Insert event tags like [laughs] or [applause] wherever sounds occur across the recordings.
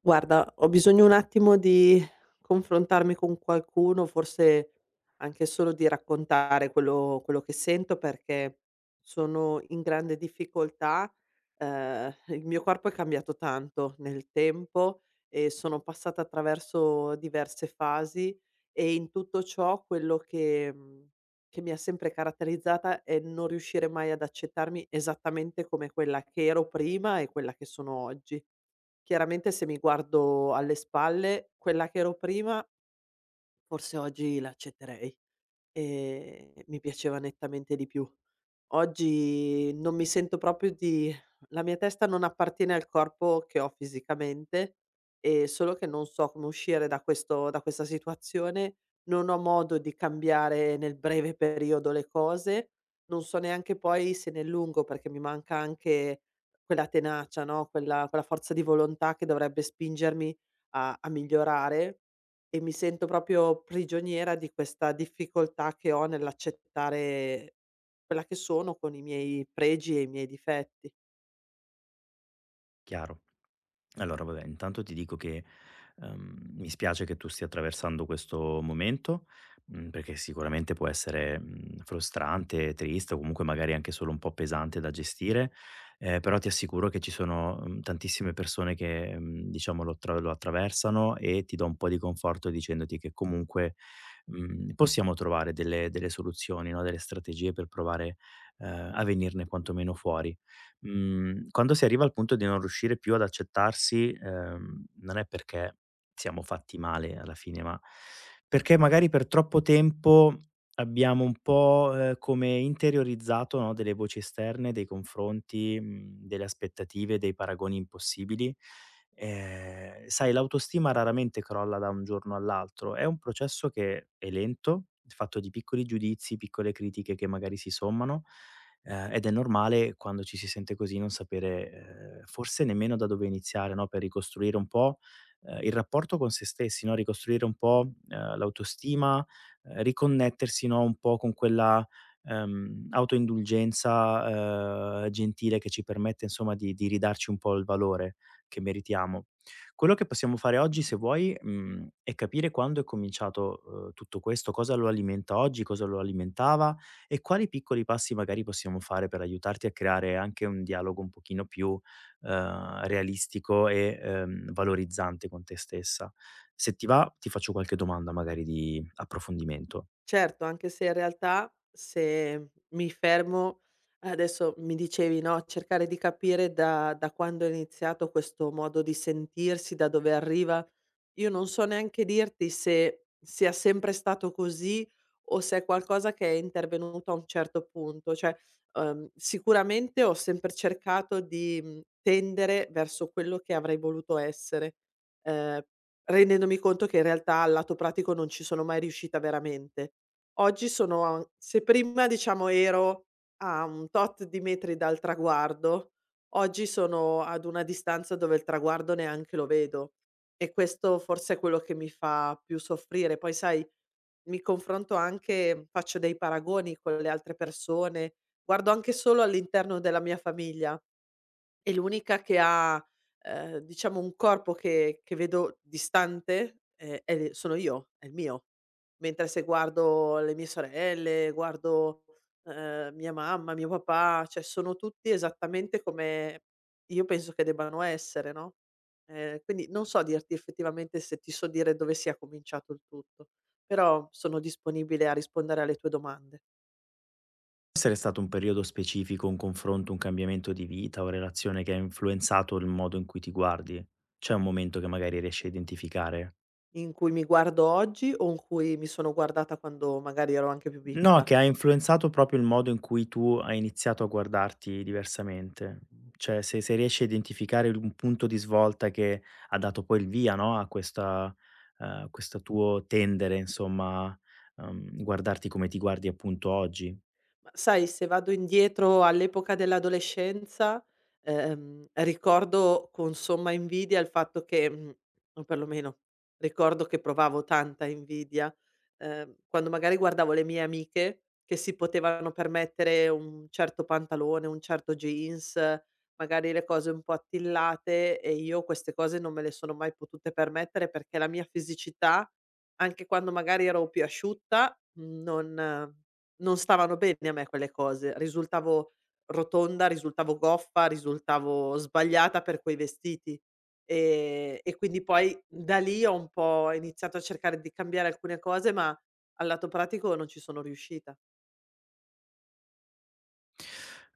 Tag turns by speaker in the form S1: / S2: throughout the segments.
S1: Guarda, ho bisogno un attimo di confrontarmi con qualcuno, forse anche solo di raccontare quello che sento, perché sono in grande difficoltà. Il mio corpo è cambiato tanto nel tempo e sono passata attraverso diverse fasi e in tutto ciò quello che che mi ha sempre caratterizzata è non riuscire mai ad accettarmi esattamente come quella che ero prima e quella che sono oggi. Chiaramente se mi guardo alle spalle, quella che ero prima forse oggi l'accetterei e mi piaceva nettamente di più. Oggi non mi sento proprio di la mia testa non appartiene al corpo che ho fisicamente. Solo che non so come uscire da questo da questa situazione, non ho modo di cambiare nel breve periodo le cose, non so neanche poi se nel lungo, perché mi manca anche quella tenacia, no, quella forza di volontà che dovrebbe spingermi a migliorare e mi sento proprio prigioniera di questa difficoltà che ho nell'accettare quella che sono con i miei pregi e i miei difetti.
S2: Chiaro. Allora vabbè, intanto ti dico che, mi spiace che tu stia attraversando questo momento, perché sicuramente può essere, frustrante, triste o comunque magari anche solo un po' pesante da gestire, però ti assicuro che ci sono, tantissime persone che, diciamo lo attraversano e ti do un po' di conforto dicendoti che comunque, possiamo trovare delle soluzioni, no, delle strategie per provare, a venirne quantomeno fuori. Quando si arriva al punto di non riuscire più ad accettarsi, non è perché siamo fatti male alla fine, ma perché magari per troppo tempo abbiamo un po', come interiorizzato, no, delle voci esterne, dei confronti, delle aspettative, dei paragoni impossibili. Sai, l'autostima raramente crolla da un giorno all'altro, è un processo che è lento, fatto di piccoli giudizi, piccole critiche che magari si sommano. Ed è normale quando ci si sente così non sapere, forse nemmeno da dove iniziare, no, per ricostruire un po', il rapporto con se stessi, no, ricostruire un po', l'autostima, riconnettersi, no, un po' con quella, autoindulgenza, gentile che ci permette insomma di ridarci un po' il valore che meritiamo. Quello che possiamo fare oggi, se vuoi, è capire quando è cominciato, tutto questo, cosa lo alimenta oggi, cosa lo alimentava e quali piccoli passi magari possiamo fare per aiutarti a creare anche un dialogo un pochino più, realistico e, valorizzante con te stessa. Se ti va, ti faccio qualche domanda magari di approfondimento.
S1: Certo, anche se in realtà se mi fermo adesso mi dicevi, no, cercare di capire da quando è iniziato questo modo di sentirsi, da dove arriva. Io non so neanche dirti se sia sempre stato così o se è qualcosa che è intervenuto a un certo punto. Cioè, sicuramente ho sempre cercato di tendere verso quello che avrei voluto essere, ehm, rendendomi conto che in realtà al lato pratico non ci sono mai riuscita veramente. Oggi sono a se prima diciamo ero a un tot di metri dal traguardo, oggi sono ad una distanza dove il traguardo neanche lo vedo. E questo forse è quello che mi fa più soffrire. Poi sai, mi confronto anche faccio dei paragoni con le altre persone, guardo anche solo all'interno della mia famiglia. È l'unica che ha, diciamo un corpo che vedo distante. È l sono io, è il mio. Mentre se guardo le mie sorelle, guardo mia mamma, mio papà, cioè sono tutti esattamente come io penso che debbano essere, no, quindi non so dirti effettivamente se ti so dire dove sia cominciato il tutto, però sono disponibile a rispondere alle tue domande,
S2: Può essere stato un periodo specifico, un confronto, un cambiamento di vita o relazione che ha influenzato il modo in cui ti guardi? C'è un momento che magari riesci a identificare?
S1: in cui mi guardo oggi o in cui mi sono guardata quando magari ero anche più
S2: No,
S1: piccola.
S2: che ha influenzato proprio il modo in cui tu hai iniziato a guardarti diversamente. Cioè, se riesci a identificare il un punto di svolta che ha dato poi il via, no, a questa, questo tuo tendere, insomma, guardarti come ti guardi appunto oggi.
S1: Ma sai, se vado indietro all'epoca dell'adolescenza, ricordo con somma invidia il fatto che o perlomeno ricordo che provavo tanta invidia, quando magari guardavo le mie amiche che si potevano permettere un certo pantalone, un certo jeans, magari le cose un po' attillate e io queste cose non me le sono mai potute permettere perché la mia fisicità, anche quando magari ero più asciutta, non stavano bene a me quelle cose. Risultavo rotonda, risultavo goffa, risultavo sbagliata per quei vestiti. E quindi poi da lì ho un po' iniziato a cercare di cambiare alcune cose, ma al lato pratico non ci sono riuscita.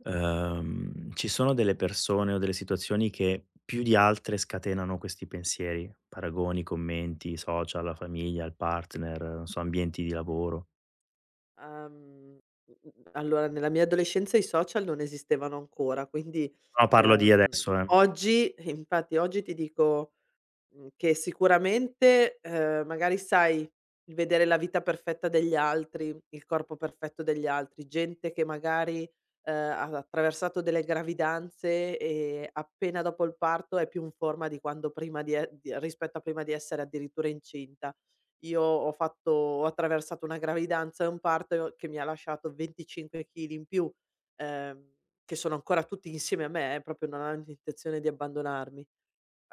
S2: Ci sono delle persone o delle situazioni che più di altre scatenano questi pensieri, paragoni, commenti, social, la famiglia, il partner, non so, ambienti di lavoro?
S1: Uhm, allora nella mia adolescenza i social non esistevano ancora, quindi,
S2: No, parlo di
S1: uhm,
S2: adesso, eh.
S1: oggi infatti oggi ti dico che sicuramente, magari sai, il vedere la vita perfetta degli altri, il corpo perfetto degli altri, gente che magari, ha attraversato delle gravidanze e appena dopo il parto è più in forma di quando prima di e di rispetto a prima di essere addirittura incinta. Io ho attraversato una gravidanza e un parto che mi ha lasciato 25 chili in più, ehm, che sono ancora tutti insieme a me, proprio non hanno intenzione di abbandonarmi.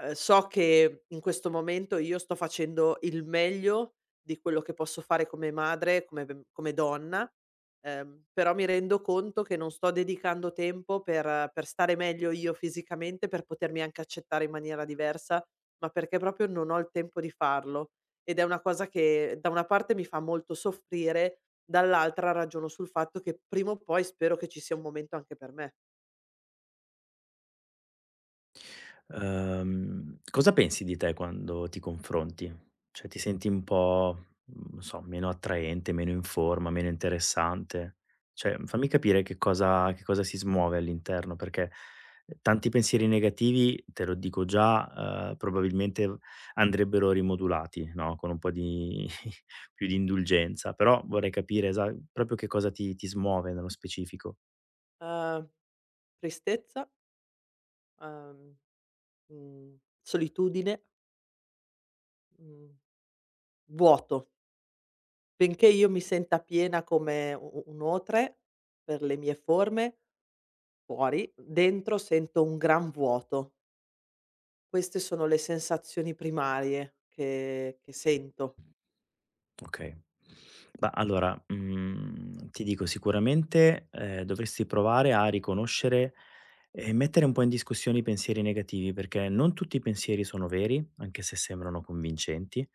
S1: So che in questo momento io sto facendo il meglio di quello che posso fare come madre, come donna, però mi rendo conto che non sto dedicando tempo per stare meglio io fisicamente, per potermi anche accettare in maniera diversa, ma perché proprio non ho il tempo di farlo. Ed è una cosa che da una parte mi fa molto soffrire, dall'altra ragiono sul fatto che prima o poi spero che ci sia un momento anche per me.
S2: Cosa pensi di te quando ti confronti? Cioè, ti senti un po', non so, meno attraente, meno in forma, meno interessante? Cioè, fammi capire che cosa si smuove all'interno, perché tanti pensieri negativi, te lo dico già, probabilmente andrebbero rimodulati, no, con un po' di [laughs] più di indulgenza, però vorrei capire esa proprio che cosa ti smuove nello specifico.
S1: Uhm, Tristezza, uhm Mhmm, solitudine, mhmm, vuoto. Benché io mi senta piena come u u un otre per le mie forme fuori, dentro sento un gran vuoto. Queste sono le sensazioni primarie che sento.
S2: Okay. Ma allora, ti dico sicuramente, dovresti provare a riconoscere e mettere un po' in discussione i pensieri negativi, perché non tutti i pensieri sono veri, anche se sembrano convincenti.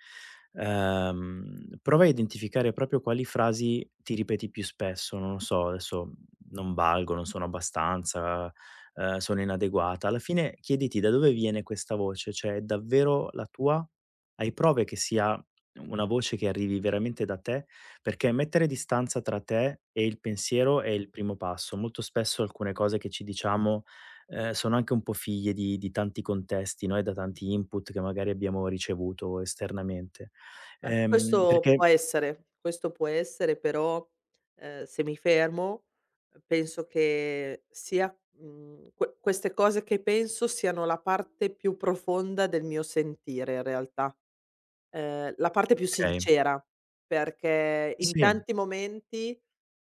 S2: Prova a identificare proprio quali frasi ti ripeti più spesso, non lo so, adesso: "Non valgo, non sono abbastanza, sono inadeguata". Alla fine chiediti da dove viene questa voce, cioè è davvero la tua? Hai prove che sia una voce che arrivi veramente da te? Perché mettere distanza tra te e il pensiero è il primo passo. Molto spesso alcune cose che ci diciamo, sono anche un po' figlie di tanti contesti, no, e da tanti input che magari abbiamo ricevuto esternamente.
S1: Ma
S2: Perché
S1: questo può essere però, se mi fermo, penso che sia queste cose che penso siano la parte più profonda del mio sentire in realtà. La parte più
S2: okay.
S1: sincera, perché in
S2: Sì,
S1: tanti momenti,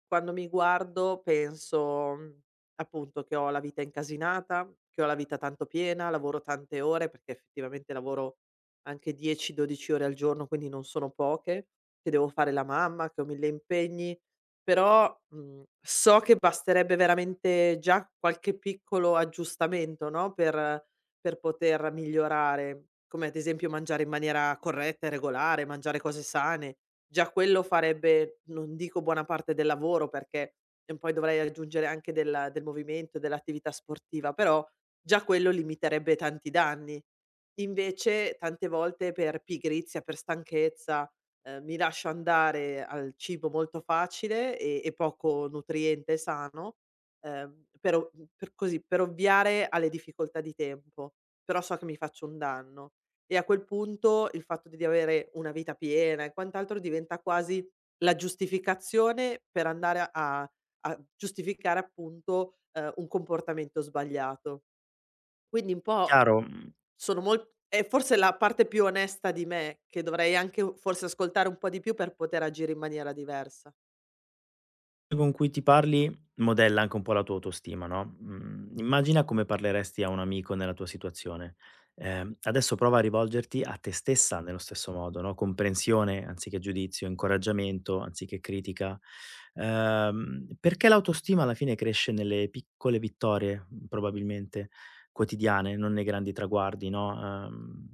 S1: quando mi guardo penso, appunto, che ho la vita incasinata, che ho la vita tanto piena, lavoro tante ore, perché effettivamente lavoro anche 10, 12 ore al giorno, quindi non sono poche, che devo fare la mamma, che ho 1000 impegni, però, so che basterebbe veramente già qualche piccolo aggiustamento, no, per poter migliorare, come ad esempio mangiare in maniera corretta e regolare, mangiare cose sane. Già quello farebbe, non dico buona parte del lavoro, perché e poi dovrei aggiungere anche del movimento, e dell'attività sportiva, però già quello limiterebbe tanti danni. Invece tante volte per pigrizia, per stanchezza, mi lascio andare al cibo molto facile e poco nutriente e sano, ehm, per o per così, per ovviare alle difficoltà di tempo, però so che mi faccio un danno. E a quel punto il fatto di avere una vita piena e quant'altro diventa quasi la giustificazione per andare a a giustificare appunto, un comportamento sbagliato. Quindi un po'
S2: chiaro. Mhmm
S1: sono molt è forse la parte più onesta di me, che dovrei anche u forse ascoltare un po' di più per poter agire in maniera diversa.
S2: Con cui ti parli modella anche un po' la tua autostima, no. Mhmm, Immagina come parleresti a un amico nella tua situazione. Adesso prova a rivolgerti a te stessa nello stesso modo, no, comprensione anziché giudizio, incoraggiamento anziché critica. Perché l'autostima alla fine cresce nelle piccole vittorie, probabilmente quotidiane, non nei grandi traguardi, no,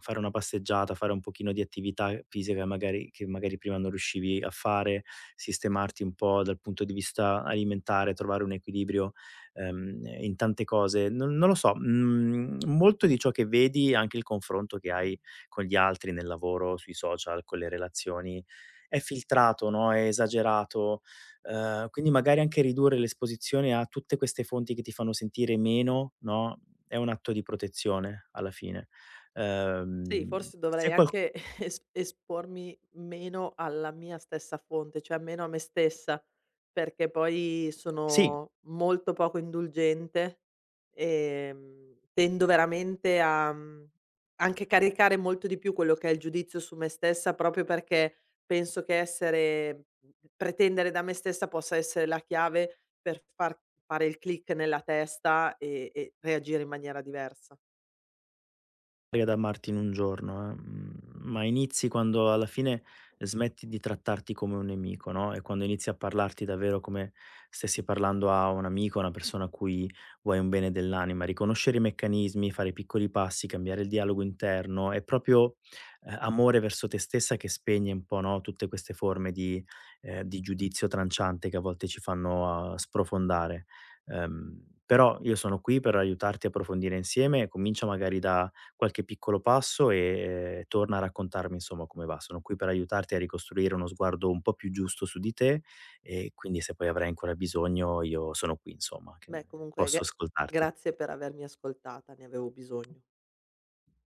S2: fare una passeggiata, fare un pochino di attività fisica magari che magari prima non riuscivi a fare, sistemarti un po' dal punto di vista alimentare, trovare un equilibrio, in tante cose. Non lo so, molto di ciò che vedi, anche il confronto che hai con gli altri nel lavoro, sui social, con le relazioni, è filtrato, no, è esagerato, quindi magari anche ridurre l'esposizione a tutte queste fonti che ti fanno sentire meno, no, è un atto di protezione alla fine.
S1: Sì, forse dovrei
S2: Se qual
S1: anche [laughs] es espormi meno alla mia stessa fonte, cioè meno a me stessa, perché poi
S2: Sì,
S1: sono molto poco indulgente, tendo veramente a anche caricare molto di più quello che è il giudizio su me stessa, proprio perché penso che essere pretendere da me stessa possa essere la chiave per far fare il click nella testa e reagire in maniera diversa.
S2: ad amarti in un giorno, ma inizi quando alla fine smetti di trattarti come un nemico, no, e quando inizi a parlarti davvero come stessi parlando a un amico, a una persona a cui vuoi un bene dell'anima. Riconoscere i meccanismi, fare piccoli passi, cambiare il dialogo interno è proprio, amore verso te stessa, che spegne un po', no, tutte queste forme di, di giudizio tranciante che a volte ci fanno, sprofondare. Però io sono qui per aiutarti a approfondire insieme, comincia magari da qualche piccolo passo e torna a raccontarmi insomma come va. Sono qui per aiutarti a ricostruire uno sguardo un po' più giusto su di te, e quindi se poi avrai ancora bisogno io sono qui, insomma, che
S1: Beh comunque
S2: posso ascoltarti.
S1: grazie per avermi ascoltata, ne avevo bisogno.